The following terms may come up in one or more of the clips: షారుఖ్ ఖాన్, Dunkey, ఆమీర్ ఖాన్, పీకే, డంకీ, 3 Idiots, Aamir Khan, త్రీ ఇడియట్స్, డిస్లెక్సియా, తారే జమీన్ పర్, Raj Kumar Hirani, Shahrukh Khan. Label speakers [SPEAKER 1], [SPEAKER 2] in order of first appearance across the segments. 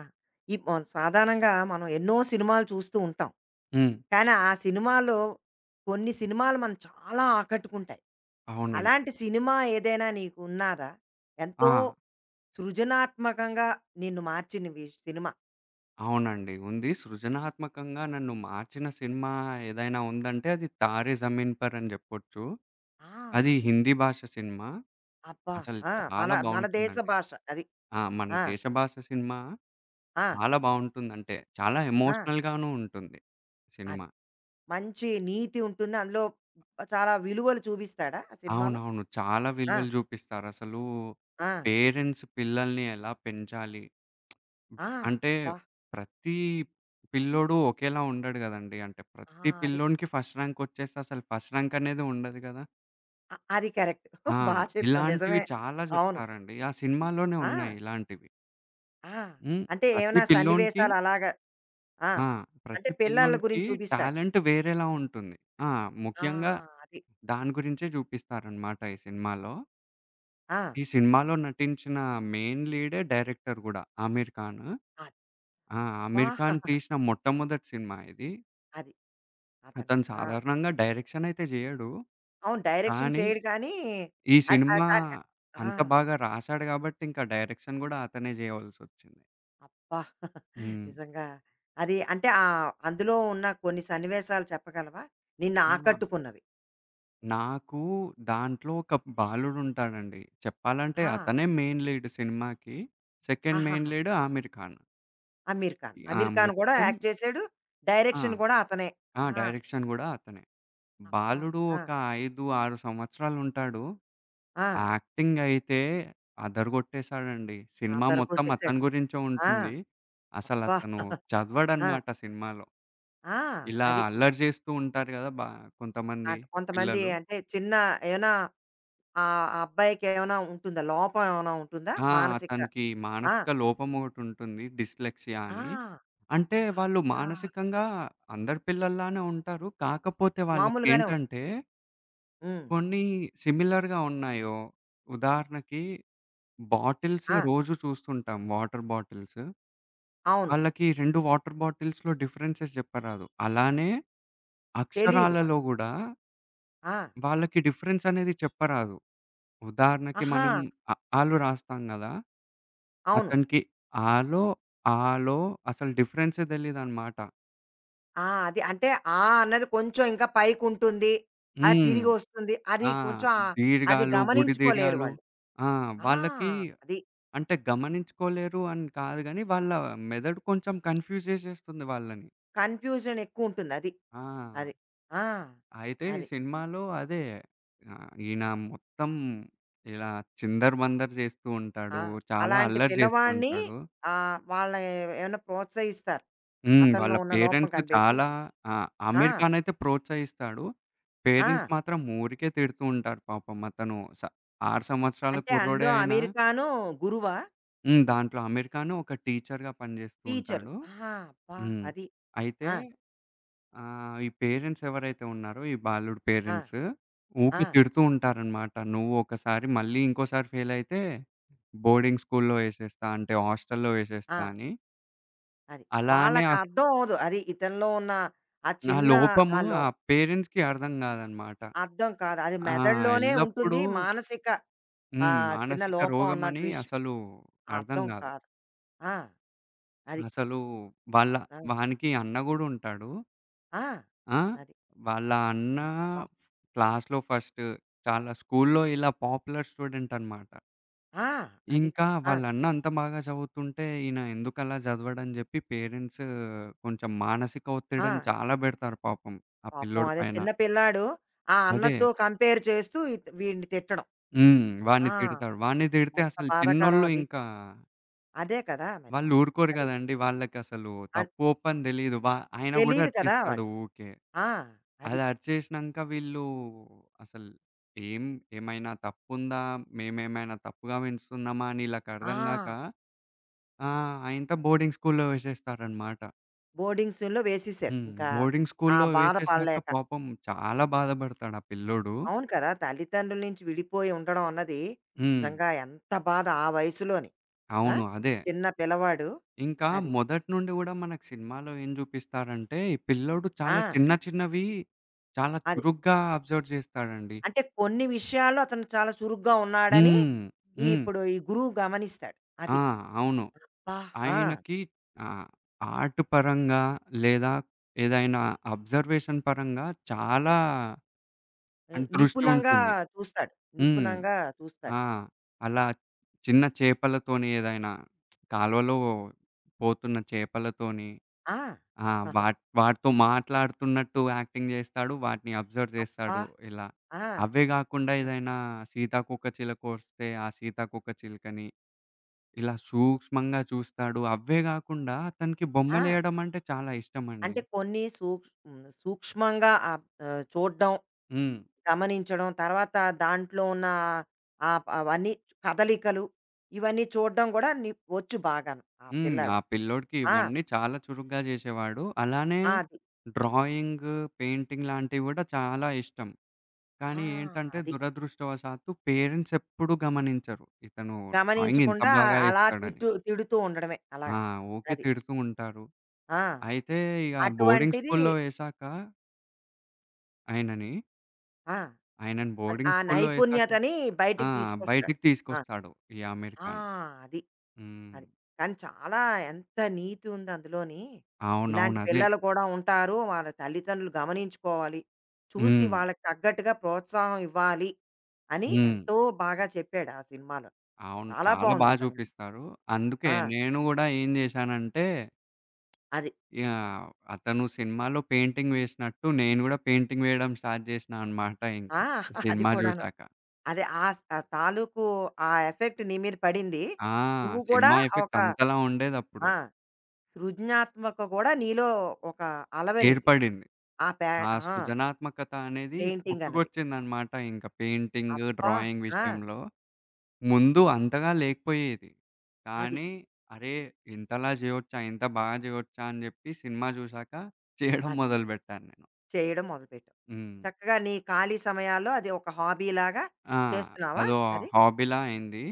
[SPEAKER 1] ఆ! ఈ మొన్ సాధారణంగా మనం ఎన్నో సినిమాలు చూస్తూ ఉంటాం.
[SPEAKER 2] హ్మ్.
[SPEAKER 1] కానీ ఆ సినిమాలో కొన్ని సినిమాలు మనం చాలా ఆకట్టుకుంటాయి.
[SPEAKER 2] అవునండి.
[SPEAKER 1] అలాంటి సినిమా ఏదైనా నీకు ఉన్నాదా?
[SPEAKER 2] ఆ!
[SPEAKER 1] ఎంతో సృజనాత్మకంగా నిన్ను మార్చినవి సినిమా?
[SPEAKER 2] అవునండి. ఉంది. సృజనాత్మకంగా నన్ను మార్చిన సినిమా ఏదైనా ఉందంటే అది 'తారే జమీన్ పర్' అని జెప్పొచ్చు.
[SPEAKER 1] ఆ!
[SPEAKER 2] అది
[SPEAKER 1] అదే.
[SPEAKER 2] హిందీ భాష సినిమా.
[SPEAKER 1] అబ్బా!
[SPEAKER 2] అసలు
[SPEAKER 1] ఆ! మన
[SPEAKER 2] చాలా
[SPEAKER 1] మన దేశ
[SPEAKER 2] బావుంటుందండి.
[SPEAKER 1] భాష అది.
[SPEAKER 2] ఆ! మన
[SPEAKER 1] ఆ!
[SPEAKER 2] దేశ భాష సినిమా
[SPEAKER 1] ఆ!
[SPEAKER 2] చాలా బావుంటుంది. అంటే చాలా
[SPEAKER 1] ఆ!
[SPEAKER 2] ఎమోషనల్ గాను ఉంటుంది
[SPEAKER 1] అది.
[SPEAKER 2] సినిమా.
[SPEAKER 1] మంచి నీతి ఉంటుంది. అందులో చాలా విలువలు చూపిస్తాడా ఆ సినిమాలో?
[SPEAKER 2] అవునవును. చాలా
[SPEAKER 1] ఆ!
[SPEAKER 2] విలువలు జూపిస్తారసలు.
[SPEAKER 1] ఆ!
[SPEAKER 2] పేరెంట్స్ పిల్లల్ని ఎలా పెంచాలి?
[SPEAKER 1] ఆ!
[SPEAKER 2] అంటే
[SPEAKER 1] అబ్బా!
[SPEAKER 2] ప్రతి పిల్లోడు ఒకేలా ఉండడు గదండీ. అంటే ప్రతి
[SPEAKER 1] ఆ! అది.
[SPEAKER 2] పిల్లోనికి ఫస్ట్ ర్యాంక్ ఒచ్చేస్తే అసలు ఫస్ట్ ర్యాంక్ అనేది ఉండదు గదా!
[SPEAKER 1] అది కరెక్ట్.
[SPEAKER 2] ఆ!
[SPEAKER 1] బా చెప్పావు.
[SPEAKER 2] ఇలాంటివి
[SPEAKER 1] నిజమే.
[SPEAKER 2] చాలా
[SPEAKER 1] అవును.
[SPEAKER 2] జెప్తారండి. ఆ సినిమాలోనే ఉన్నాయి
[SPEAKER 1] ఆ!
[SPEAKER 2] ఇలాంటివి.
[SPEAKER 1] ఆ!
[SPEAKER 2] హ్మ్.
[SPEAKER 1] అంటే
[SPEAKER 2] ప్రతి
[SPEAKER 1] ఏమైనా
[SPEAKER 2] పిల్లోనికి
[SPEAKER 1] సన్నివేశాలు అలాగా ఆ!
[SPEAKER 2] ఆ!
[SPEAKER 1] అంటే
[SPEAKER 2] ప్రతి
[SPEAKER 1] పిల్లల
[SPEAKER 2] పిల్లోనికి
[SPEAKER 1] గురించి చూపిస్తాడు.
[SPEAKER 2] టాలెంట్ వేరేలా ఉంటుంది. ఆ!
[SPEAKER 1] ఆ!
[SPEAKER 2] ముఖ్యంగా
[SPEAKER 1] అది.
[SPEAKER 2] దాని గురించే జూపిస్తారనమాట ఈ సినిమాలో.
[SPEAKER 1] ఆ!
[SPEAKER 2] ఈ సినిమాలో నటించిన మెయిన్ లీడే డైరెక్టర్ గూడా 'ఆమీర్ ఖాన్.'
[SPEAKER 1] అది.
[SPEAKER 2] ఆ!
[SPEAKER 1] అబ్బా!
[SPEAKER 2] 'ఆమీర్ ఖాన్' తీసిన మొట్టమొదటి సినిమా ఇది.
[SPEAKER 1] అది. అతను.
[SPEAKER 2] అతను
[SPEAKER 1] ఆ!
[SPEAKER 2] సాధారణంగా డైరెక్షన్ అయితే జేయడు.
[SPEAKER 1] అవును. డైరెక్షన్
[SPEAKER 2] కానీ,
[SPEAKER 1] చేయడు కానీ
[SPEAKER 2] ఈ
[SPEAKER 1] అ అ
[SPEAKER 2] సినిమా
[SPEAKER 1] కానీ ఆ!
[SPEAKER 2] అంత బాగా రాసాడు గాబట్టి, ఇంకా డైరెక్షన్ గూడా అతనే జేయవలసొచ్చింది.
[SPEAKER 1] అబ్బా!
[SPEAKER 2] హ్మ్.
[SPEAKER 1] నిజంగా అది అంటే ఆహ్, అందులో ఉన్న కొన్ని సన్నివేశాలు చెప్పగలవా? నిన్ను
[SPEAKER 2] ఆ!
[SPEAKER 1] ఆకట్టుకున్నవి?
[SPEAKER 2] నాకు దాంట్లో ఒక బాలుడుంటాడండి. చెప్పాలంటే
[SPEAKER 1] ఆ!
[SPEAKER 2] అతనే మెయిన్ లీడ్ సినిమాకి. సెకండ్ మెయిన్
[SPEAKER 1] ఆహాహా!
[SPEAKER 2] లీడ్ ఆమీర్ ఖాన్.
[SPEAKER 1] 'అమీర్ ఖాన్.'
[SPEAKER 2] ఆ!
[SPEAKER 1] 'అమీర్ ఖాన్' కూడా
[SPEAKER 2] మొత్తం
[SPEAKER 1] యాక్ట్ చేసాడు.
[SPEAKER 2] ఆ!
[SPEAKER 1] డైరెక్షన్ కూడా అతనే.
[SPEAKER 2] ఆ!
[SPEAKER 1] ఆ!
[SPEAKER 2] డైరెక్షన్ గూడా అతనే.
[SPEAKER 1] అబ్బా!
[SPEAKER 2] బాలుడు
[SPEAKER 1] ఆ!
[SPEAKER 2] ఒక 5, 6 సంవత్సరాలుంటాడు.
[SPEAKER 1] ఆ!
[SPEAKER 2] యాక్టింగ్ అయితే అదరగొట్టేసాడండి. సినిమా
[SPEAKER 1] అదర
[SPEAKER 2] మొత్తం
[SPEAKER 1] గొట్టేసాడు.
[SPEAKER 2] అతని గురించే
[SPEAKER 1] ఆ!
[SPEAKER 2] ఉంటుంది.
[SPEAKER 1] అబ్బా!
[SPEAKER 2] అసలతను
[SPEAKER 1] ఆ!
[SPEAKER 2] చదవడనమాట సినిమాలో.
[SPEAKER 1] ఆ!
[SPEAKER 2] ఇలా
[SPEAKER 1] అది.
[SPEAKER 2] అల్లరి చేస్తూ ఉంటారు గదా! బా కొంతమంది
[SPEAKER 1] అది కొంతమంది
[SPEAKER 2] పిల్లలు.
[SPEAKER 1] అంటే చిన్న ఏమైనా ఆహ్, ఆ అబ్బాయికి ఏమైనా ఉంటుందా? లోపం ఏమైనా ఉంటుందా?
[SPEAKER 2] ఆ!
[SPEAKER 1] మానసిక
[SPEAKER 2] అతనికి
[SPEAKER 1] ఆ!
[SPEAKER 2] మానసిక లోపం ఒకటుంటుంది డిస్లెక్సియా
[SPEAKER 1] ఆ!
[SPEAKER 2] అని. అంటే వాళ్ళు
[SPEAKER 1] అదా!
[SPEAKER 2] మానసికంగా అందరి పిల్లల్లానే ఉంటారు. కాకపోతే
[SPEAKER 1] మామూలుగానే ఉం
[SPEAKER 2] వాళ్ళకేంటంటే
[SPEAKER 1] హ్మ్.
[SPEAKER 2] కొన్ని సిమిలర్‌గా ఉన్నాయో ఉదాహరణకి బాటిల్స్
[SPEAKER 1] ఆ!
[SPEAKER 2] రోజు చూస్తుంటాం వాటర్ బాటిల్స్.
[SPEAKER 1] అవును.
[SPEAKER 2] వాళ్ళకి 2 వాటర్ బాటిల్స్‌లో డిఫరెన్సెస్ జెప్పరాదు. అలానే
[SPEAKER 1] తెలీదు
[SPEAKER 2] అక్షరాలలో
[SPEAKER 1] వాళ్ళకి.
[SPEAKER 2] గూడా
[SPEAKER 1] ఆ!
[SPEAKER 2] వాళ్ళకి డిఫరెన్స్ అనేది చెప్పరాదు. ఉదాహరణకి
[SPEAKER 1] ఆహా!
[SPEAKER 2] మనం అ ఆలు రాస్తాం గదా!
[SPEAKER 1] అవును.
[SPEAKER 2] అతనికి ఆలో, ఆలో అసలు డిఫరెన్సే తెలీదనమాట.
[SPEAKER 1] ఆ! అది అంటే ఆ అన్నది కొంచెం ఇంకా పైకుంటుంది. అది
[SPEAKER 2] హ్మ్.
[SPEAKER 1] తిరిగొస్తుంది. అది
[SPEAKER 2] ఆ!
[SPEAKER 1] కొంచెం ఆహ్, అది
[SPEAKER 2] దీర్ఘాలు, గుడి
[SPEAKER 1] గమనించుకోలేరు
[SPEAKER 2] దీర్ఘాలు
[SPEAKER 1] వాళ్ళు.
[SPEAKER 2] ఆ!
[SPEAKER 1] ఆ!
[SPEAKER 2] వాళ్ళకి
[SPEAKER 1] అది.
[SPEAKER 2] అంటే గమనించుకోలేరు అని కాదు గానీ, వాళ్ళ మెదడు కొంచెం కన్‌ఫ్యూజ్ జేసేస్తుంది వాళ్ళని.
[SPEAKER 1] కన్‌ఫ్యూజన్ ఎక్కువుంటుంది అది.
[SPEAKER 2] ఆ!
[SPEAKER 1] అది. ఆ!
[SPEAKER 2] అయితే ఈ
[SPEAKER 1] అది.
[SPEAKER 2] సినిమాలో అదే. ఆహ్, ఈయన మొత్తం ఇలా చిందరవందర చేస్తూ
[SPEAKER 1] ఆ!
[SPEAKER 2] ఉంటాడు. చాలా
[SPEAKER 1] అలాంటి
[SPEAKER 2] అల్లరి చేస్తూ
[SPEAKER 1] పిల్లవాడిని
[SPEAKER 2] ఉంటాడు.
[SPEAKER 1] ఆహ్, వాళ్ళ ఏమైనా ప్రోత్సహిస్తారు.
[SPEAKER 2] హ్మ్.
[SPEAKER 1] అతనిలో
[SPEAKER 2] వాళ్ళ
[SPEAKER 1] ఉన్న లోపం
[SPEAKER 2] పేరెంట్స్
[SPEAKER 1] కనిపెట్టి.
[SPEAKER 2] చాలా ఆ!
[SPEAKER 1] ఆ!
[SPEAKER 2] ఆమీర్ ఖాన్ అయితే ప్రోత్సహిస్తాడు.
[SPEAKER 1] ఆ!
[SPEAKER 2] పేరెంట్స్ మాత్రం ఊరికే తిడుతూ ఉంటారు పాపం. అతను 6 సంవత్సరాల
[SPEAKER 1] అంటే
[SPEAKER 2] కుర్రోడే
[SPEAKER 1] అందులో
[SPEAKER 2] అయినా
[SPEAKER 1] అమెరికాను గురువా?
[SPEAKER 2] హ్మ్. దాంట్లో ఆమీర్ ఖాన్ ఒక టీచర్‌గా పనిచేస్తూ
[SPEAKER 1] టీచరు.
[SPEAKER 2] ఉంటాడు.
[SPEAKER 1] ఆహా! అబ్బా!
[SPEAKER 2] హ్మ్.
[SPEAKER 1] అది.
[SPEAKER 2] అయితే
[SPEAKER 1] ఆ!
[SPEAKER 2] ఆ! ఈ పేరెంట్స్ ఎవరైతే ఉన్నారో, ఈ బాలుడి
[SPEAKER 1] ఆ!
[SPEAKER 2] పేరెంట్స్ ఊకే
[SPEAKER 1] ఆ!
[SPEAKER 2] తిడుతూ ఉంటారనమాట. "నువ్వు ఒకసారి మళ్ళీ ఇంకోసారి ఫెయిల్ అయితే బోర్డింగ్ స్కూల్‌లో ఏసేస్తా" అంటే హాస్టల్‌లో
[SPEAKER 1] ఆ!
[SPEAKER 2] ఏసేస్తా అని.
[SPEAKER 1] అది.
[SPEAKER 2] అలానే
[SPEAKER 1] వాళ్ళకి
[SPEAKER 2] ఆ
[SPEAKER 1] అర్థం అవ్వదు. అది ఇతనిలో ఉన్న ఆ
[SPEAKER 2] ఆ
[SPEAKER 1] చిన్న
[SPEAKER 2] లోపము
[SPEAKER 1] ఆ లో
[SPEAKER 2] ఆ పేరెంట్స్‌కి అర్థం కాదనమాట.
[SPEAKER 1] అర్థం కాదు. అది
[SPEAKER 2] ఆ!
[SPEAKER 1] మెదడులోనే
[SPEAKER 2] ఎల్లప్పుడూ
[SPEAKER 1] ఉంటుంది. మానసిక
[SPEAKER 2] హ్మ్.
[SPEAKER 1] ఆహ్, చిన్న
[SPEAKER 2] మానసిక
[SPEAKER 1] లోపం అన్నటి
[SPEAKER 2] రోగమని
[SPEAKER 1] విషయం
[SPEAKER 2] అసలు అర్థం
[SPEAKER 1] అర్థం
[SPEAKER 2] కాదు.
[SPEAKER 1] కాదు. ఆ! అది.
[SPEAKER 2] అసలు వాళ్ళ
[SPEAKER 1] ఆ!
[SPEAKER 2] వానికి అన్న గూడా ఉంటాడు.
[SPEAKER 1] ఆ!
[SPEAKER 2] ఆ!
[SPEAKER 1] అది.
[SPEAKER 2] వాళ్ళ అన్న
[SPEAKER 1] హ్మ్. వా
[SPEAKER 2] క్లాస్‌లో ఫస్ట్ చాలా స్కూల్లో ఇలా పాపులర్ స్టూడెంట్ అన్నమాట.
[SPEAKER 1] ఆ! అది.
[SPEAKER 2] ఇంకా
[SPEAKER 1] ఆ!
[SPEAKER 2] వాళ్ళ అన్న అంత బాగా చదువుతుంటే ఈయన ఎందుకలా చదవడని చెప్పి పేరెంట్స్ కొంచెం మానసిక
[SPEAKER 1] ఆ!
[SPEAKER 2] ఒత్తిడిని చాలా పెడతారు పాపం ఆ
[SPEAKER 1] పాపం
[SPEAKER 2] పిల్లోడి
[SPEAKER 1] అదే
[SPEAKER 2] పైన.
[SPEAKER 1] చిన్న పిల్లాడు ఆ
[SPEAKER 2] అదే.
[SPEAKER 1] అన్నతో కంపేర్ చేస్తూ ఇత్ వీడిని తిట్టడం.
[SPEAKER 2] హ్మ్. వాడిని
[SPEAKER 1] ఆ!
[SPEAKER 2] తిడతారు. వాడిని తిడితే
[SPEAKER 1] ఎంత
[SPEAKER 2] అసలు
[SPEAKER 1] బాధాకరం
[SPEAKER 2] చిన్నోళ్ళు
[SPEAKER 1] అది.
[SPEAKER 2] ఇంకా
[SPEAKER 1] అదే కదా! మరి.
[SPEAKER 2] వాళ్ళు ఊరుకోరు
[SPEAKER 1] అది.
[SPEAKER 2] కదండీ! వాళ్ళకసలు
[SPEAKER 1] అన్
[SPEAKER 2] తప్పు ఒప్పని తెలీదు. ఆయన కూడా
[SPEAKER 1] తెలీదు కదా!
[SPEAKER 2] అరిచేస్తాడు
[SPEAKER 1] వాళ్ళు.
[SPEAKER 2] ఊకే.
[SPEAKER 1] ఆ! అది.
[SPEAKER 2] అది అరిచేసినంక వీళ్ళు అసలు ఏం ఏమైనా తప్పుందా? మేమేమైనా తప్పుగా పెంచుతున్నామా? అని
[SPEAKER 1] ఆ!
[SPEAKER 2] ఈళ్ళకర్థం గాక ఆ! ఆయనతో బోర్డింగ్ స్కూల్‌లో వేసేస్తారనమాట.
[SPEAKER 1] బోర్డింగ్ స్కూల్‌లో వేసేసారు.
[SPEAKER 2] హ్మ్.
[SPEAKER 1] ఇంకా
[SPEAKER 2] బోర్డింగ్
[SPEAKER 1] ఆ
[SPEAKER 2] స్కూల్‌లో
[SPEAKER 1] బాధ
[SPEAKER 2] వేసేసినాక
[SPEAKER 1] పడలేక.
[SPEAKER 2] పాపం చాలా బాధపడతాడు ఆ పిల్లోడు.
[SPEAKER 1] అవును కదా! తల్లిదండ్రుల నుంచి విడిపోయి ఉండడం అన్నది
[SPEAKER 2] హ్మ్.
[SPEAKER 1] నిజంగా ఎంత బాధ ఆ వయసులోని. ఆ!
[SPEAKER 2] అవును. అదే.
[SPEAKER 1] చిన్న పిల్లవాడు.
[SPEAKER 2] ఇంకా
[SPEAKER 1] అది.
[SPEAKER 2] మొదటి నుండి గూడా మనకు సినిమాలో ఏం జూపిస్తారంటే, ఈ పిల్లోడు
[SPEAKER 1] ఆ!
[SPEAKER 2] చాలా చిన్న చిన్నవి చాలా
[SPEAKER 1] అది.
[SPEAKER 2] చురుగ్గా అబ్జర్వ్ జేస్తాడండి.
[SPEAKER 1] అంటే కొన్ని విషయాల్లో అతను చాలా చురుగ్గా ఉన్నాడని
[SPEAKER 2] హ్మ్.
[SPEAKER 1] ఈ
[SPEAKER 2] హ్మ్.
[SPEAKER 1] ఇప్పుడు ఈ గురువు గమనిస్తాడు. అది.
[SPEAKER 2] ఆ! అవును.
[SPEAKER 1] అబ్బా! ఆ!
[SPEAKER 2] ఆయనకి ఆహ్, ఆర్ట్ పరంగా లేదా ఏదైనా అబ్జర్వేషన్ పరంగా చాలా
[SPEAKER 1] ఆహ్,
[SPEAKER 2] దృష్టి
[SPEAKER 1] నిపుణంగా
[SPEAKER 2] ఉంటుంది.
[SPEAKER 1] చూస్తాడు.
[SPEAKER 2] హ్మ్.
[SPEAKER 1] నిపుణంగా చూస్తాడు.
[SPEAKER 2] ఆ! అలా చిన్న చేపలతోని ఏదైనా కాలువలో పోతున్న చేపలతోని
[SPEAKER 1] ఆ!
[SPEAKER 2] ఆ! వాటితో మాట్లాడుతున్నట్టు యాక్టింగ్ జేస్తాడు. వాటిని అబ్జర్వ్
[SPEAKER 1] అబ్బా!
[SPEAKER 2] జేస్తాడు ఇలా.
[SPEAKER 1] ఆ!
[SPEAKER 2] అవే గాకుండా ఏదైనా సీతాకోకచిలక వస్తే ఆ సీతాకోకచిలుకని ఇలా సూక్ష్మంగా చూస్తాడు. అవ్వే గాకుండా అతనికి
[SPEAKER 1] ఆ!
[SPEAKER 2] బొమ్మలేయడం అంటే చాలా ఇష్టమండి.
[SPEAKER 1] అంటే కొన్ని సూక్ హ్మ్. సూక్ష్మంగా ఆహ్, ఆహ్, చూడ్డం,
[SPEAKER 2] హ్మ్.
[SPEAKER 1] గమనించడం, తర్వాత దాంట్లో ఉన్న ఆహ్, ప అవన్నీ కదలికలు ఇవన్నీ చూడ్డం గూడా ని వచ్చు బాగాను. ఆ
[SPEAKER 2] హ్మ్. ఆ
[SPEAKER 1] పిల్లాడు.
[SPEAKER 2] పిల్లోడికి
[SPEAKER 1] ఆ!
[SPEAKER 2] ఇవన్నీ చాలా చురుగ్గా జేసేవాడు. అలానే
[SPEAKER 1] ఆ! అది.
[SPEAKER 2] డ్రాయింగ్, పెయింటింగ్ లాంటివి గూడా చాలా ఇష్టం.
[SPEAKER 1] ఆ!
[SPEAKER 2] కానీ ఏంటంటే
[SPEAKER 1] అది.
[SPEAKER 2] దురదృష్టవశాత్తు పేరెంట్స్ ఎప్పుడూ గమనించరు. ఇతను డ్రాయింగ్ ఇంత
[SPEAKER 1] గమనించకుండా ఆ-
[SPEAKER 2] బాగా
[SPEAKER 1] అలా
[SPEAKER 2] ఏస్తాడని.
[SPEAKER 1] తిడుతూ ఉండడమే అలాగ.
[SPEAKER 2] ఆ! ఊకే
[SPEAKER 1] అది.
[SPEAKER 2] తిడుతూ ఉంటారు.
[SPEAKER 1] ఆ!
[SPEAKER 2] అయితే ఇగ బోర్డింగ్
[SPEAKER 1] అటువంటిది
[SPEAKER 2] స్కూల్‌లో ఏశాక ఆయనని,
[SPEAKER 1] ఆ!
[SPEAKER 2] ఆయనని
[SPEAKER 1] అది
[SPEAKER 2] బోర్డింగ్
[SPEAKER 1] ఆ
[SPEAKER 2] స్కూల్‌లో ఏశాక
[SPEAKER 1] నైపుణ్యతని
[SPEAKER 2] ఆ!
[SPEAKER 1] బయటికి తీసుకొస్తాడు.
[SPEAKER 2] బయటికి
[SPEAKER 1] ఆ!
[SPEAKER 2] తీసుకొస్తాడు ఈ అమీర్
[SPEAKER 1] ఆ!
[SPEAKER 2] ఖాన్.
[SPEAKER 1] అది.
[SPEAKER 2] హ్మ్.
[SPEAKER 1] అది. కానీ చాలా ఎంత నీతి ఉంది అందులోని. ఇలాంటి
[SPEAKER 2] అవునవును. అదే.
[SPEAKER 1] పిల్లలు కూడా ఉంటారు. వాళ్ళ తల్లిదండ్రులు గమనించుకోవాలి. చూసి
[SPEAKER 2] హ్మ్.
[SPEAKER 1] వాళ్ళకి తగ్గట్టుగా ప్రోత్సాహం ఇవ్వాలి అని
[SPEAKER 2] హ్మ్.
[SPEAKER 1] ఎంతో బాగా చెప్పాడు ఆ సినిమాలో.
[SPEAKER 2] అవును.
[SPEAKER 1] చాలా
[SPEAKER 2] చాలా
[SPEAKER 1] బావుంది
[SPEAKER 2] బా
[SPEAKER 1] నిజంగాను.
[SPEAKER 2] చూపిస్తారు. అందుకే
[SPEAKER 1] ఆ!
[SPEAKER 2] నేను గూడా ఏం జేశానంటే,
[SPEAKER 1] అది.
[SPEAKER 2] యాహ్! అతను సినిమాలో పెయింటింగ్ వేసినట్టు నేను గూడా పెయింటింగ్ వేయడం స్టార్ట్ జేసినా అన్నమాట ఇంకా.
[SPEAKER 1] ఆ! అది
[SPEAKER 2] సినిమా
[SPEAKER 1] కూడాను.
[SPEAKER 2] జూసాక.
[SPEAKER 1] అదే ఆ స్ ఆ తాలూకు ఆ ఎఫెక్ట్ నీ మీద పడింది.
[SPEAKER 2] ఆ!
[SPEAKER 1] నువ్వు కూడా
[SPEAKER 2] సినిమా
[SPEAKER 1] ఒక
[SPEAKER 2] ఎఫెక్ట్ అంతలా ఉండేదప్పుడు.
[SPEAKER 1] ఆ! సృజనాత్మక కూడా నీలో ఒక అలవరింది.
[SPEAKER 2] ఏర్పడింది.
[SPEAKER 1] ఆ పే
[SPEAKER 2] ఆ
[SPEAKER 1] ఆ!
[SPEAKER 2] సృజనాత్మకత అనేది
[SPEAKER 1] పెయింటింగ్ అన్నది.
[SPEAKER 2] పుట్టుకొచ్చిందన్నమాట ఇంక పెయింటింగ్,
[SPEAKER 1] అబ్బా!
[SPEAKER 2] డ్రాయింగ్
[SPEAKER 1] ఆ!
[SPEAKER 2] విషయంలో. ముందు అంతగా లేకపోయేది.
[SPEAKER 1] అది.
[SPEAKER 2] కానీ, అరే! ఇంతలా జేయొచ్చా? ఇంత బాగా జేయొచ్చా? అని జెప్పి సినిమా జూశాక చేయడం
[SPEAKER 1] అది.
[SPEAKER 2] మొదలుబెట్టాను నేను.
[SPEAKER 1] చేయడం మొదలుపెట్టావు.
[SPEAKER 2] హ్మ్.
[SPEAKER 1] చక్కగా నీ ఖాళీ సమయాల్లో అది ఒక హాబీలాగా
[SPEAKER 2] ఆ!
[SPEAKER 1] చేస్తున్నావా
[SPEAKER 2] అదో
[SPEAKER 1] అది?
[SPEAKER 2] హాబీలా అయింది.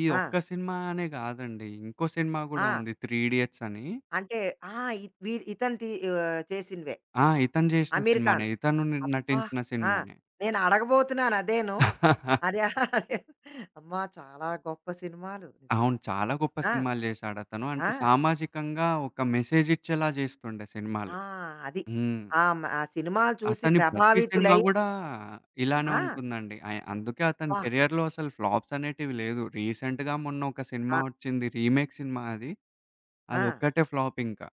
[SPEAKER 2] ఈ
[SPEAKER 1] ఆ!
[SPEAKER 2] ఒక్క సినిమా అనే గాదండి. ఇంకో సినిమా గూడా
[SPEAKER 1] ఆ!
[SPEAKER 2] ఉంది 'త్రీ ఇడియట్స్' అని.
[SPEAKER 1] అంటే ఆ! ఇ వీ ఇతను తి ఆహ్, చేసినవే.
[SPEAKER 2] ఆ! ఇతను జేసిన
[SPEAKER 1] అమీర్
[SPEAKER 2] సినిమానే.
[SPEAKER 1] ఖాన్.
[SPEAKER 2] ఇతను
[SPEAKER 1] అబ్బా!
[SPEAKER 2] నటించిన
[SPEAKER 1] ఆ!
[SPEAKER 2] సినిమానే.
[SPEAKER 1] నేను అడగబోతున్నాను అదేను. అదే అదే అమ్మా! చాలా గొప్ప సినిమాలు
[SPEAKER 2] అవును.
[SPEAKER 1] నిజంగా.
[SPEAKER 2] చాలా గొప్ప
[SPEAKER 1] ఆ!
[SPEAKER 2] సినిమాలు జేశాడతను. అంటే
[SPEAKER 1] ఆ!
[SPEAKER 2] సామాజికంగా ఒక మెసేజ్ ఇచ్చేలా జేస్తుండే
[SPEAKER 1] ఆ!
[SPEAKER 2] సినిమాలు.
[SPEAKER 1] అది.
[SPEAKER 2] హ్మ్.
[SPEAKER 1] ఆ! మ ఆ సినిమాలు చూసి
[SPEAKER 2] అతని ప్రతి సినిమా
[SPEAKER 1] ప్రభావితులై
[SPEAKER 2] గూడా ఇలానే
[SPEAKER 1] ఆ!
[SPEAKER 2] ఉంటుందండి. అందుకే అతని
[SPEAKER 1] అబ్బా!
[SPEAKER 2] కెరియర్‌లో అసలు ఫ్లాప్స్ అనేటివి లేదు. రీసెంట్‌గా మొన్న ఒక సినిమా
[SPEAKER 1] ఆ!
[SPEAKER 2] వచ్చింది. రీమేక్ సినిమా అది.
[SPEAKER 1] ఆ!
[SPEAKER 2] అదొక్కటే ఫ్లాప్ ఇంకా.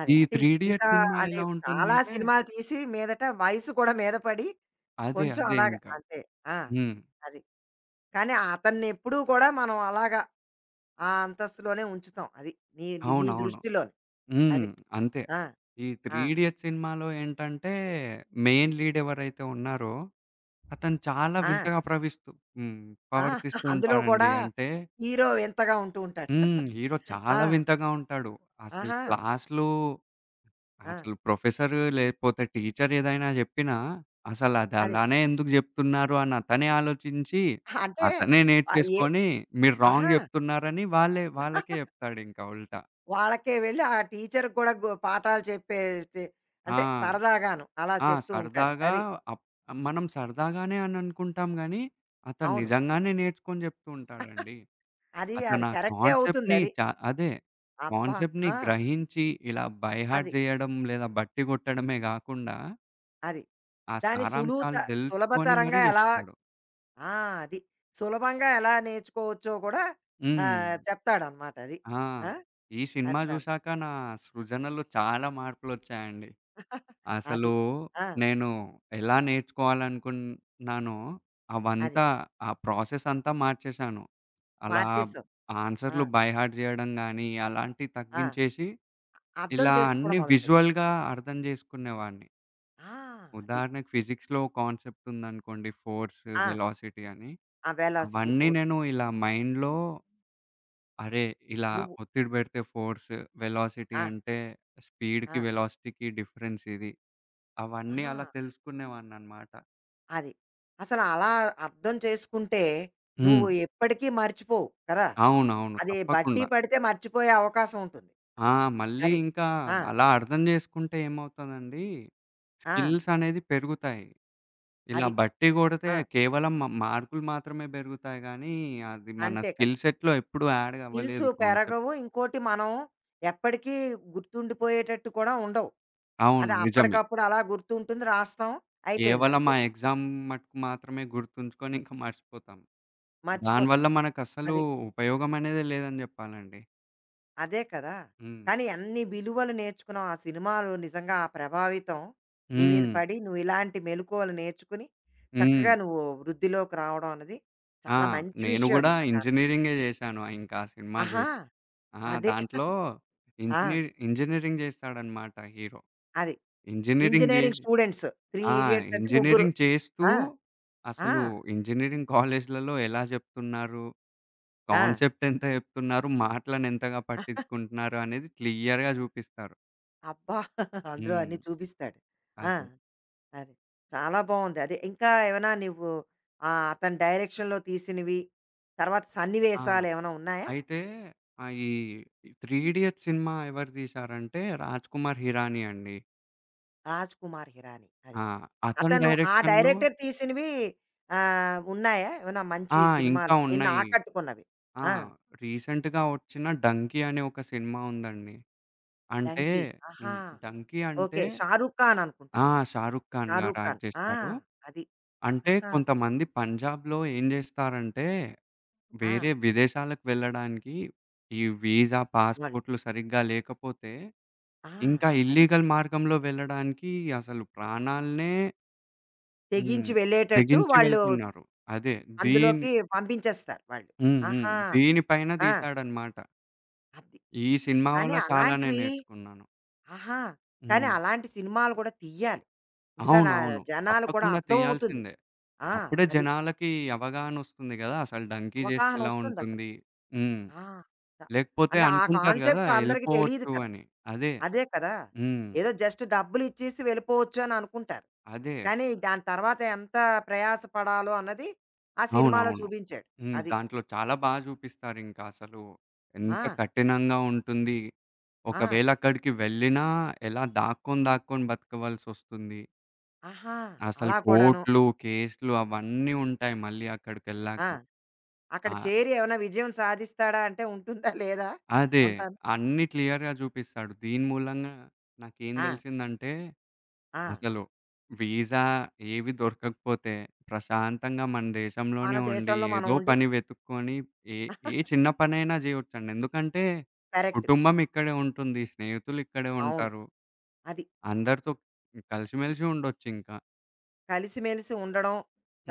[SPEAKER 1] అదే.
[SPEAKER 2] ఈ
[SPEAKER 1] అంటే
[SPEAKER 2] 'త్రీ
[SPEAKER 1] ఇప్పుడు
[SPEAKER 2] ఇడియట్'
[SPEAKER 1] ఇంకా
[SPEAKER 2] సినిమా
[SPEAKER 1] అదే
[SPEAKER 2] ఎలా
[SPEAKER 1] చాలా
[SPEAKER 2] ఉంటుందంటే
[SPEAKER 1] సినిమాలు తీసి మీదట వయసు కూడా మీద పడి
[SPEAKER 2] అదే.
[SPEAKER 1] కొంచెం
[SPEAKER 2] అదే
[SPEAKER 1] అలాగా
[SPEAKER 2] ఇంకా.
[SPEAKER 1] అంతే. ఆ!
[SPEAKER 2] హ్మ్.
[SPEAKER 1] అది. కానీ అతన్నెప్పుడూ కూడా మనం అలాగా ఆ అంతస్తులోనే ఉంచుతాం. అది. నీ నీ
[SPEAKER 2] అవునవును.
[SPEAKER 1] దృష్టిలోని.
[SPEAKER 2] హ్మ్.
[SPEAKER 1] అది.
[SPEAKER 2] అంతే.
[SPEAKER 1] ఆ!
[SPEAKER 2] ఈ 'త్రీ
[SPEAKER 1] ఆ!
[SPEAKER 2] ఇడియట్' సినిమాలో ఏంటంటే మెయిన్ లీడ్ ఎవరైతే ఉన్నారో అతను చాలా
[SPEAKER 1] ఆ!
[SPEAKER 2] వింతగా ప్రవిస్తూ హ్మ్.
[SPEAKER 1] ఆ!
[SPEAKER 2] ప్రవర్తిస్తూ
[SPEAKER 1] అందులో
[SPEAKER 2] ఉంటాడండి.
[SPEAKER 1] కూడా
[SPEAKER 2] అంటే
[SPEAKER 1] హీరో వింతగా ఉంటూ ఉంటాడు.
[SPEAKER 2] హ్మ్. హీరో
[SPEAKER 1] ఆ!
[SPEAKER 2] చాలా వింతగా ఉంటాడు. అసలు
[SPEAKER 1] ఆహా!
[SPEAKER 2] క్లాస్‌లో
[SPEAKER 1] ఆ!
[SPEAKER 2] అసలు ప్రొఫెసర్ లేకపోతే టీచర్ ఏదైనా జెప్పినా, అసలది
[SPEAKER 1] అది.
[SPEAKER 2] అలానే ఎందుకు జెప్తున్నారు అని అతనే ఆలోచించి,
[SPEAKER 1] అంటే
[SPEAKER 2] అతనే
[SPEAKER 1] ఆహ్, ఏ
[SPEAKER 2] నేర్చేసుకొని మీరు రాంగ్
[SPEAKER 1] ఆహా!
[SPEAKER 2] జెప్తున్నారని వాళ్ళకే జెప్తాడింకా ఉల్టా.
[SPEAKER 1] వాళ్ళకే వెళ్ళి ఆ టీచర్‌కి కూడా గు పాఠాలు చెప్పే టి అంటే
[SPEAKER 2] ఆ!
[SPEAKER 1] సరదాగాను అలా
[SPEAKER 2] ఆ!
[SPEAKER 1] చెప్తూ ఉంటాడు.
[SPEAKER 2] సరదాగా
[SPEAKER 1] అది.
[SPEAKER 2] అప్ మనం సరదాగానే అని అనుకుంటాం గానీ, అతను
[SPEAKER 1] అవును.
[SPEAKER 2] నిజంగానే నేర్చుకొని జెప్తూ ఉంటాడండి.
[SPEAKER 1] అది,
[SPEAKER 2] అతనా
[SPEAKER 1] కరెక్టే
[SPEAKER 2] కాన్సెప్ట్‌ని
[SPEAKER 1] అవుతుందది.
[SPEAKER 2] చ అదే.
[SPEAKER 1] అబ్బా!
[SPEAKER 2] కాన్సెప్ట్‌ని
[SPEAKER 1] ఆ!
[SPEAKER 2] గ్రహించి ఇలా బై హార్ట్
[SPEAKER 1] అది.
[SPEAKER 2] జేయడం లేదా బట్టి గొట్టడమే గాకుండా,
[SPEAKER 1] అది.
[SPEAKER 2] ఆ
[SPEAKER 1] దాని సులువుత
[SPEAKER 2] సారాంశాలు దెలుచుకొని మరీ
[SPEAKER 1] సులభతరంగా ఎలా
[SPEAKER 2] జెప్తాడు.
[SPEAKER 1] ఆ! అది. సులభంగా ఎలా నేర్చుకోవచ్చో కూడా
[SPEAKER 2] హ్మ్.
[SPEAKER 1] ఆహ్, చెప్తాడనమాట అది.
[SPEAKER 2] ఆ!
[SPEAKER 1] ఆ!
[SPEAKER 2] ఈ సినిమా
[SPEAKER 1] అంతాను.
[SPEAKER 2] జూశాక నా సృజనలో చాలా మార్పులొచ్చాయండి.
[SPEAKER 1] అది.
[SPEAKER 2] అసలు
[SPEAKER 1] ఆ!
[SPEAKER 2] నేను ఎలా నేర్చుకోవాలనుకున్నానో
[SPEAKER 1] అది.
[SPEAKER 2] అవంతా ఆ ప్రాసెస్ అంతా మార్చేశాను. అలా
[SPEAKER 1] మార్చేసావు. ఆ!
[SPEAKER 2] ఆన్సర్‌లు బై హార్ట్ జేయడం గానీ అలాంటివి
[SPEAKER 1] ఆ!
[SPEAKER 2] తగ్గించేసి
[SPEAKER 1] అర్థం
[SPEAKER 2] ఇలా
[SPEAKER 1] చేసుకోవడం
[SPEAKER 2] అన్నీ
[SPEAKER 1] మొదలుపెట్టావు.
[SPEAKER 2] విజువల్‌గా అర్థం జేసుకునేవాడిని.
[SPEAKER 1] ఆ! అది.
[SPEAKER 2] ఉదాహరణకి ఫిజిక్స్‌లో కాన్సెప్ట్ ఉందనుకోండి ఫోర్స్,
[SPEAKER 1] ఆ!
[SPEAKER 2] వెలాసిటీ అని.
[SPEAKER 1] ఆ వెలాసిటీ
[SPEAKER 2] అవన్నీ
[SPEAKER 1] ఫోర్స్.
[SPEAKER 2] నేను ఇలా మైండ్‌లో అరే! ఇలా
[SPEAKER 1] నువ్వు
[SPEAKER 2] ఒత్తిడి బెడితే ఫోర్స్, వెలాసిటీ
[SPEAKER 1] ఆ!
[SPEAKER 2] అంటే స్పీడ్‌కి,
[SPEAKER 1] ఆ!
[SPEAKER 2] వెలాసిటీకి డిఫరెన్స్ ఇది.
[SPEAKER 1] ఆ!
[SPEAKER 2] అవన్నీ అలా తెలుసుకునేవాడిననమాట.
[SPEAKER 1] అది. అసలు అలా అర్థం చేసుకుంటే
[SPEAKER 2] హ్మ్.
[SPEAKER 1] నువ్వు ఎప్పటికీ మర్చిపోవు కదా!
[SPEAKER 2] అవునవును.
[SPEAKER 1] అది బట్టి
[SPEAKER 2] తప్పకుండా.
[SPEAKER 1] పడితే మర్చిపోయే అవకాశం ఉంటుంది.
[SPEAKER 2] ఆ! మళ్ళీ
[SPEAKER 1] అది.
[SPEAKER 2] ఇంకా
[SPEAKER 1] ఆ!
[SPEAKER 2] అలా అర్థం జేసుకుంటే ఏమవుతదండి,
[SPEAKER 1] ఆ!
[SPEAKER 2] స్కిల్స్ అనేది పెరుగుతాయి. ఇలా
[SPEAKER 1] అది.
[SPEAKER 2] బట్టి కొడితే
[SPEAKER 1] ఆ!
[SPEAKER 2] కేవలం మార్కులు మాత్రమే పెరుగుతాయి గానీ, అది మన
[SPEAKER 1] అంతే కదా!
[SPEAKER 2] స్కిల్ సెట్‌లో ఎప్పుడు యాడ్
[SPEAKER 1] స్కిల్స్
[SPEAKER 2] అవ్వలేదు కాన్సెప్ట్.
[SPEAKER 1] పెరగవు. ఇంకోటి మనం ఎప్పటికీ గుర్తుండిపోయేటట్టు కూడా ఉండవు.
[SPEAKER 2] అవును.
[SPEAKER 1] అది
[SPEAKER 2] నిజమే.
[SPEAKER 1] అప్పటికప్పుడు అలా గుర్తుంటుంది. రాస్తాం. అయిపోయింది
[SPEAKER 2] కేవలం
[SPEAKER 1] అంతే.
[SPEAKER 2] ఆ ఎగ్జామ్ మటుకు మాత్రమే గుర్తుంచుకొని ఇంక మర్చిపోతాం.
[SPEAKER 1] మర్చిపోతాం.
[SPEAKER 2] దానివల్ల మనకసలు
[SPEAKER 1] అది.
[SPEAKER 2] ఉపయోగం అనేదే లేదని జెప్పాలండి.
[SPEAKER 1] అదే కదా!
[SPEAKER 2] హ్మ్.
[SPEAKER 1] కానీ అన్ని విలువలు నేర్చుకున్నావు. ఆ సినిమాలు నిజంగా ఆ ప్రభావితం నీ మీద
[SPEAKER 2] హ్మ్.
[SPEAKER 1] పడి, నువ్విలాంటి మెళకువలు నేర్చుకుని,
[SPEAKER 2] హ్మ్.
[SPEAKER 1] చక్కగా నువ్వు వృద్ధిలోకి రావడం అన్నది
[SPEAKER 2] ఆ!
[SPEAKER 1] చాలా మంచి
[SPEAKER 2] నేను
[SPEAKER 1] విషయం
[SPEAKER 2] గూడా
[SPEAKER 1] నిజంగాను.
[SPEAKER 2] ఇంజినీరింగే జేశాను ఇంకా ఆ సినిమా
[SPEAKER 1] ఆహా!
[SPEAKER 2] జూసి. ఆ!
[SPEAKER 1] అదే.
[SPEAKER 2] దాంట్లో
[SPEAKER 1] ఆ!
[SPEAKER 2] ఇంజినీర్ ఇంజినీరింగ్ జేస్తాడన్నమాట హీరో.
[SPEAKER 1] అది.
[SPEAKER 2] ఇంజినీరింగ్ జే
[SPEAKER 1] ఇంజినీరింగ్ స్టూడెంట్స్. 3
[SPEAKER 2] ఆ!
[SPEAKER 1] ఇడియట్స్ అంటే ముగ్గురు.
[SPEAKER 2] ఇంజినీరింగ్ చేస్తూ
[SPEAKER 1] ఆ! ఆ!
[SPEAKER 2] అసలు ఇంజినీరింగ్ కాలేజీలలో ఎలా జెప్తున్నారు?
[SPEAKER 1] ఆ!
[SPEAKER 2] కాన్సెప్ట్ ఎంత జెప్తున్నారు? మాటలను ఎంతగా పట్టించుకుంటున్నారు? అనేది క్లియర్‌గా జూపిస్తారు.
[SPEAKER 1] అబ్బా! అందులో
[SPEAKER 2] హ్మ్.
[SPEAKER 1] అన్నీ చూపిస్తాడు. ఆ!
[SPEAKER 2] అదే.
[SPEAKER 1] అది. చాలా బావుంది. అదే ఇంకా ఏమైనా నువ్వు ఆహ్, అతని డైరెక్షన్‌లో తీసినవి, తర్వాత
[SPEAKER 2] ఆ!
[SPEAKER 1] సన్నివేశాలేమైనా ఉన్నాయా?
[SPEAKER 2] అయితే ఆహ్, ఈ 'త్రీ ఇడియట్స్' సినిమా ఎవరు తీశారంటే 'రాజ్‌కుమార్ హిరాని' అండి.
[SPEAKER 1] రాజ్ కుమార్ హిరాని. అది.
[SPEAKER 2] ఆ! అతని
[SPEAKER 1] అతను ఆ
[SPEAKER 2] డైరెక్షన్‌లో
[SPEAKER 1] డైరెక్టర్ తీసినవి ఆహ్, ఉన్నాయా? ఏమైనా మంచి
[SPEAKER 2] ఆ! ఇంకా
[SPEAKER 1] సినిమాలు నిన్ను
[SPEAKER 2] ఉన్నాయి.
[SPEAKER 1] ఆకట్టుకున్నవి?
[SPEAKER 2] ఆ!
[SPEAKER 1] ఆ!
[SPEAKER 2] రీసెంట్‌గా వచ్చిన 'డంకీ' అనే ఒక సినిమా ఉందండి. అంటే
[SPEAKER 1] 'డంకీ.' ఆహా!
[SPEAKER 2] హ్మ్. 'డంకీ' అంటే
[SPEAKER 1] ఓకే. 'షారూక్ ఖాన్'
[SPEAKER 2] ఆ!
[SPEAKER 1] అనుకుంటాను.
[SPEAKER 2] 'షారుఖ్ ఖాన్' గారు
[SPEAKER 1] 'షారూక్
[SPEAKER 2] యాక్ట్
[SPEAKER 1] ఖాన్.' ఆ!
[SPEAKER 2] చేశారు.
[SPEAKER 1] అది.
[SPEAKER 2] అంటే
[SPEAKER 1] ఆహా!
[SPEAKER 2] కొంతమంది పంజాబ్‌లో ఏం చేస్తారంటే,
[SPEAKER 1] ఆ!
[SPEAKER 2] వేరే విదేశాలకు వెళ్ళడానికి ఈ వీసా,
[SPEAKER 1] వాళ్ళు
[SPEAKER 2] పాస్‌పోర్ట్‌లు సరిగ్గా లేకపోతే,
[SPEAKER 1] ఆ!
[SPEAKER 2] ఇంకా
[SPEAKER 1] అది.
[SPEAKER 2] ఇల్లీగల్ మార్గంలో వెళ్ళడానికి అసలు ప్రాణాలనే హ్మ్.
[SPEAKER 1] తెగించి వెళ్ళేటట్టు
[SPEAKER 2] తెగించి
[SPEAKER 1] వాళ్ళు
[SPEAKER 2] వెళ్తున్నారు. అదే దీని
[SPEAKER 1] అందులోకి పంపించేస్తారు వాళ్ళు.
[SPEAKER 2] హ్మ్. హ్మ్.
[SPEAKER 1] ఆహా!
[SPEAKER 2] దీనిపైన
[SPEAKER 1] ఆ!
[SPEAKER 2] తీశాడన్నమాట.
[SPEAKER 1] అది.
[SPEAKER 2] ఈ సినిమా
[SPEAKER 1] కానీ
[SPEAKER 2] వల్ల చాలానే
[SPEAKER 1] అలాంటివి
[SPEAKER 2] నేర్చుకున్నాను.
[SPEAKER 1] ఆహా! కానీ
[SPEAKER 2] హ్మ్.
[SPEAKER 1] అలాంటి సినిమాలు కూడా తీయాలి. ఎందుకని ఆ
[SPEAKER 2] అవునవును.
[SPEAKER 1] జనాలు కూడా
[SPEAKER 2] తప్పకుండా
[SPEAKER 1] అర్థమవుతుంది.
[SPEAKER 2] తీయాల్సిందే.
[SPEAKER 1] ఆ!
[SPEAKER 2] అప్పుడే
[SPEAKER 1] అది.
[SPEAKER 2] జనాలకి అవగాహనొస్తుంది గదా! అసలు డంకీ జేస్తే ఎలా
[SPEAKER 1] అవగాహనొస్తుందసలు.
[SPEAKER 2] ఉంటుంది? హ్మ్.
[SPEAKER 1] ఆ! ద
[SPEAKER 2] లేకపోతే
[SPEAKER 1] అంటే ఆ
[SPEAKER 2] అనుకుంటారు గదా!
[SPEAKER 1] కాన్సెప్ట్ అందరికి తెలీదు
[SPEAKER 2] ఎళ్ళిపోవచ్చు
[SPEAKER 1] కదా!
[SPEAKER 2] అని. అదే.
[SPEAKER 1] అదే కదా!
[SPEAKER 2] హ్మ్.
[SPEAKER 1] ఏదో జస్ట్ డబ్బులిచ్చేసి వెళ్ళిపోవచ్చు అని అనుకుంటారు.
[SPEAKER 2] అదే.
[SPEAKER 1] కానీ దాని తర్వాత ఎంత ప్రయాస పడాలో అన్నది ఆ సినిమాలో
[SPEAKER 2] అవునవును.
[SPEAKER 1] చూపించాడు.
[SPEAKER 2] హ్మ్.
[SPEAKER 1] అది.
[SPEAKER 2] దాంట్లో చాలా బా జూపిస్తారింకా అసలు. ఎంత
[SPEAKER 1] ఆ!
[SPEAKER 2] కఠినంగా ఉంటుంది.
[SPEAKER 1] ఆ!
[SPEAKER 2] ఒకవేళ అక్కడికి వెళ్ళినా ఎలా దాక్కొని, దాక్కొని బతకవలసొస్తుంది.
[SPEAKER 1] ఆహా!
[SPEAKER 2] అసలు
[SPEAKER 1] అలా కూడాను.
[SPEAKER 2] కోర్ట్‌లు, కేసులు అవన్నీ ఉంటాయి మళ్ళీ అక్కడికెళ్ళాక.
[SPEAKER 1] ఆ! అక్కడ
[SPEAKER 2] ఆ!
[SPEAKER 1] చేరి ఏమైనా విజయం సాధిస్తాడా అంటే ఉంటుందా? లేదా?
[SPEAKER 2] అదే.
[SPEAKER 1] అంతాను.
[SPEAKER 2] అన్నీ క్లియర్‌గా చూపిస్తాడు. దీని మూలంగా నాకేం
[SPEAKER 1] ఆ!
[SPEAKER 2] తెలిసిందంటే,
[SPEAKER 1] ఆ!
[SPEAKER 2] అసలు వీసా ఏవి దొరకకపోతే, ప్రశాంతంగా మన
[SPEAKER 1] మన
[SPEAKER 2] దేశంలోనే ఉండి,
[SPEAKER 1] దేశంలో మనం
[SPEAKER 2] ఏదో
[SPEAKER 1] ఉండి
[SPEAKER 2] పని వెతుక్కొని ఏ ఏ చిన్న పనైనా చేయొచ్చండి. ఎందుకంటే,
[SPEAKER 1] కరెక్ట్.
[SPEAKER 2] కుటుంబం ఇక్కడే ఉంటుంది. స్నేహితులు ఇక్కడే
[SPEAKER 1] అవును.
[SPEAKER 2] ఉంటారు.
[SPEAKER 1] అది.
[SPEAKER 2] అందరితో కలిసిమెలిసి ఉండొచ్చింకా.
[SPEAKER 1] కలిసిమెలిసి ఉండడం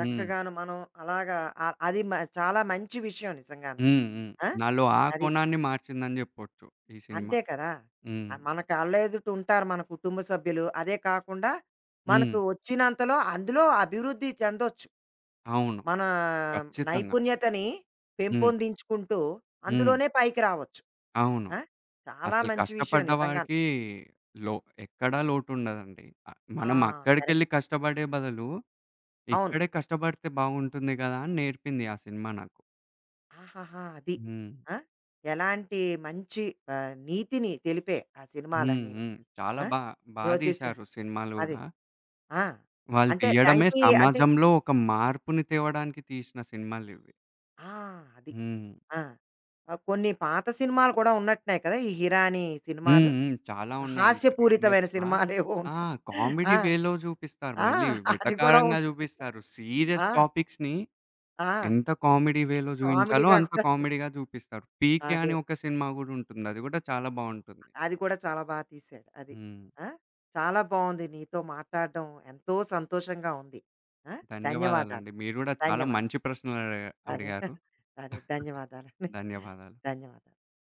[SPEAKER 2] హ్మ్.
[SPEAKER 1] మనం అలాగా ఆ- అది మ- చాలా మంచి విషయం నిజంగాను
[SPEAKER 2] హ్మ్. హ్మ్.
[SPEAKER 1] ఆ?
[SPEAKER 2] నాలో ఆ
[SPEAKER 1] అది
[SPEAKER 2] కోణాన్ని మార్చిందని చెప్పొచ్చు ఈ సినిమా.
[SPEAKER 1] అంతే కదా
[SPEAKER 2] హ్మ్.
[SPEAKER 1] ఆ, మన కళ్ళ ఎదుట ఉంటారు మన కుటుంబ సభ్యులు అదే కాకుండా
[SPEAKER 2] హ్మ్.
[SPEAKER 1] మనకు వచ్చినంతలో అందులో అభివృద్ధి చెందొచ్చు
[SPEAKER 2] అవును.
[SPEAKER 1] మన
[SPEAKER 2] ఖచ్చితంగా.
[SPEAKER 1] నైపుణ్యతని
[SPEAKER 2] హ్మ్.
[SPEAKER 1] పెంపొందించుకుంటూ
[SPEAKER 2] హ్మ్.
[SPEAKER 1] అందులోనే పైకి రావచ్చు
[SPEAKER 2] అవును.
[SPEAKER 1] ఆ? చాలా
[SPEAKER 2] అసలు
[SPEAKER 1] మంచి విషయం
[SPEAKER 2] కష్టపడ్డ
[SPEAKER 1] నిజంగా
[SPEAKER 2] వారికి లో ఎక్కడా లోటుండదండి. ఆహ్,
[SPEAKER 1] ఆ
[SPEAKER 2] మనం అక్కడికెళ్ళి
[SPEAKER 1] కరెక్ట్
[SPEAKER 2] కష్టపడే బదులు,
[SPEAKER 1] అవును
[SPEAKER 2] ఇక్కడే కష్టపడితే బాగుంటుంది గదా! అని నేర్పింది ఆ సినిమా నాకు.
[SPEAKER 1] ఆహాహా అది
[SPEAKER 2] హ్మ్.
[SPEAKER 1] ఆ? ఎలాంటి మంచి ఆ, నీతిని తెలిపే ఆ
[SPEAKER 2] హ్మ్.
[SPEAKER 1] సినిమాలన్నీ
[SPEAKER 2] హ్మ్. చాలా
[SPEAKER 1] ఆ!
[SPEAKER 2] బా బా
[SPEAKER 1] నోటీసులు
[SPEAKER 2] తీశారు సినిమాలు
[SPEAKER 1] అది.
[SPEAKER 2] గూడా.
[SPEAKER 1] ఆ!
[SPEAKER 2] వాళ్ళు
[SPEAKER 1] అంటే
[SPEAKER 2] తీయడమే
[SPEAKER 1] డంకీ అంటే
[SPEAKER 2] సమాజంలో ఒక మార్పుని తేవడానికి తీసిన సినిమాలివి.
[SPEAKER 1] ఆ! అది.
[SPEAKER 2] హ్మ్.
[SPEAKER 1] ఆ! ఆహ్, కొన్ని పాత సినిమాలు కూడా ఉన్నట్టున్నాయి కదా! ఈ 'హిరాని'
[SPEAKER 2] హ్మ్.
[SPEAKER 1] సినిమాలు.
[SPEAKER 2] హ్మ్. చాలా ఉన్నాయి. 'త్రీ
[SPEAKER 1] హాస్యపూరితమైన
[SPEAKER 2] ఇడియట్స్‌లా'
[SPEAKER 1] సినిమాలేవో
[SPEAKER 2] ఆ!
[SPEAKER 1] ఉన్నాయి. ఆ!
[SPEAKER 2] కామెడీ వేలో జూపిస్తారు.
[SPEAKER 1] ఆ!
[SPEAKER 2] మళ్ళీ
[SPEAKER 1] అది కూడా
[SPEAKER 2] వెటకారంగా
[SPEAKER 1] ఉంటుంది.
[SPEAKER 2] జూపిస్తారు. సీరియస్
[SPEAKER 1] ఆ!
[SPEAKER 2] టాపిక్స్‌ని
[SPEAKER 1] ఆ!
[SPEAKER 2] ఎంత కామెడీ వేలో జూయించాలో
[SPEAKER 1] కామెడీగా
[SPEAKER 2] అంత
[SPEAKER 1] కూడా చూ-
[SPEAKER 2] కామెడీగా జూపిస్తారు. 'పీకే'
[SPEAKER 1] అదే.
[SPEAKER 2] అని ఒక సినిమా గూడా ఉంటుంది. అది గూడా చాలా బావుంటుంది.
[SPEAKER 1] అది కూడా చాలా బా తీశాడు. అది.
[SPEAKER 2] హ్మ్.
[SPEAKER 1] ఆ! చాలా బావుంది నీతో మాట్లాడడం ఎంతో సంతోషంగా ఉంది. ఆ! ధన్యవాదాలు.
[SPEAKER 2] ధన్యవాదాలండి. మీరు గూడా చాలా
[SPEAKER 1] ధన్యవాదాలు.
[SPEAKER 2] మంచి
[SPEAKER 1] అదే.
[SPEAKER 2] అడిగారు.
[SPEAKER 1] అదే. ధన్యవాదాలండి.
[SPEAKER 2] ధన్యవాదాలు.
[SPEAKER 1] ధన్యవాదాలు.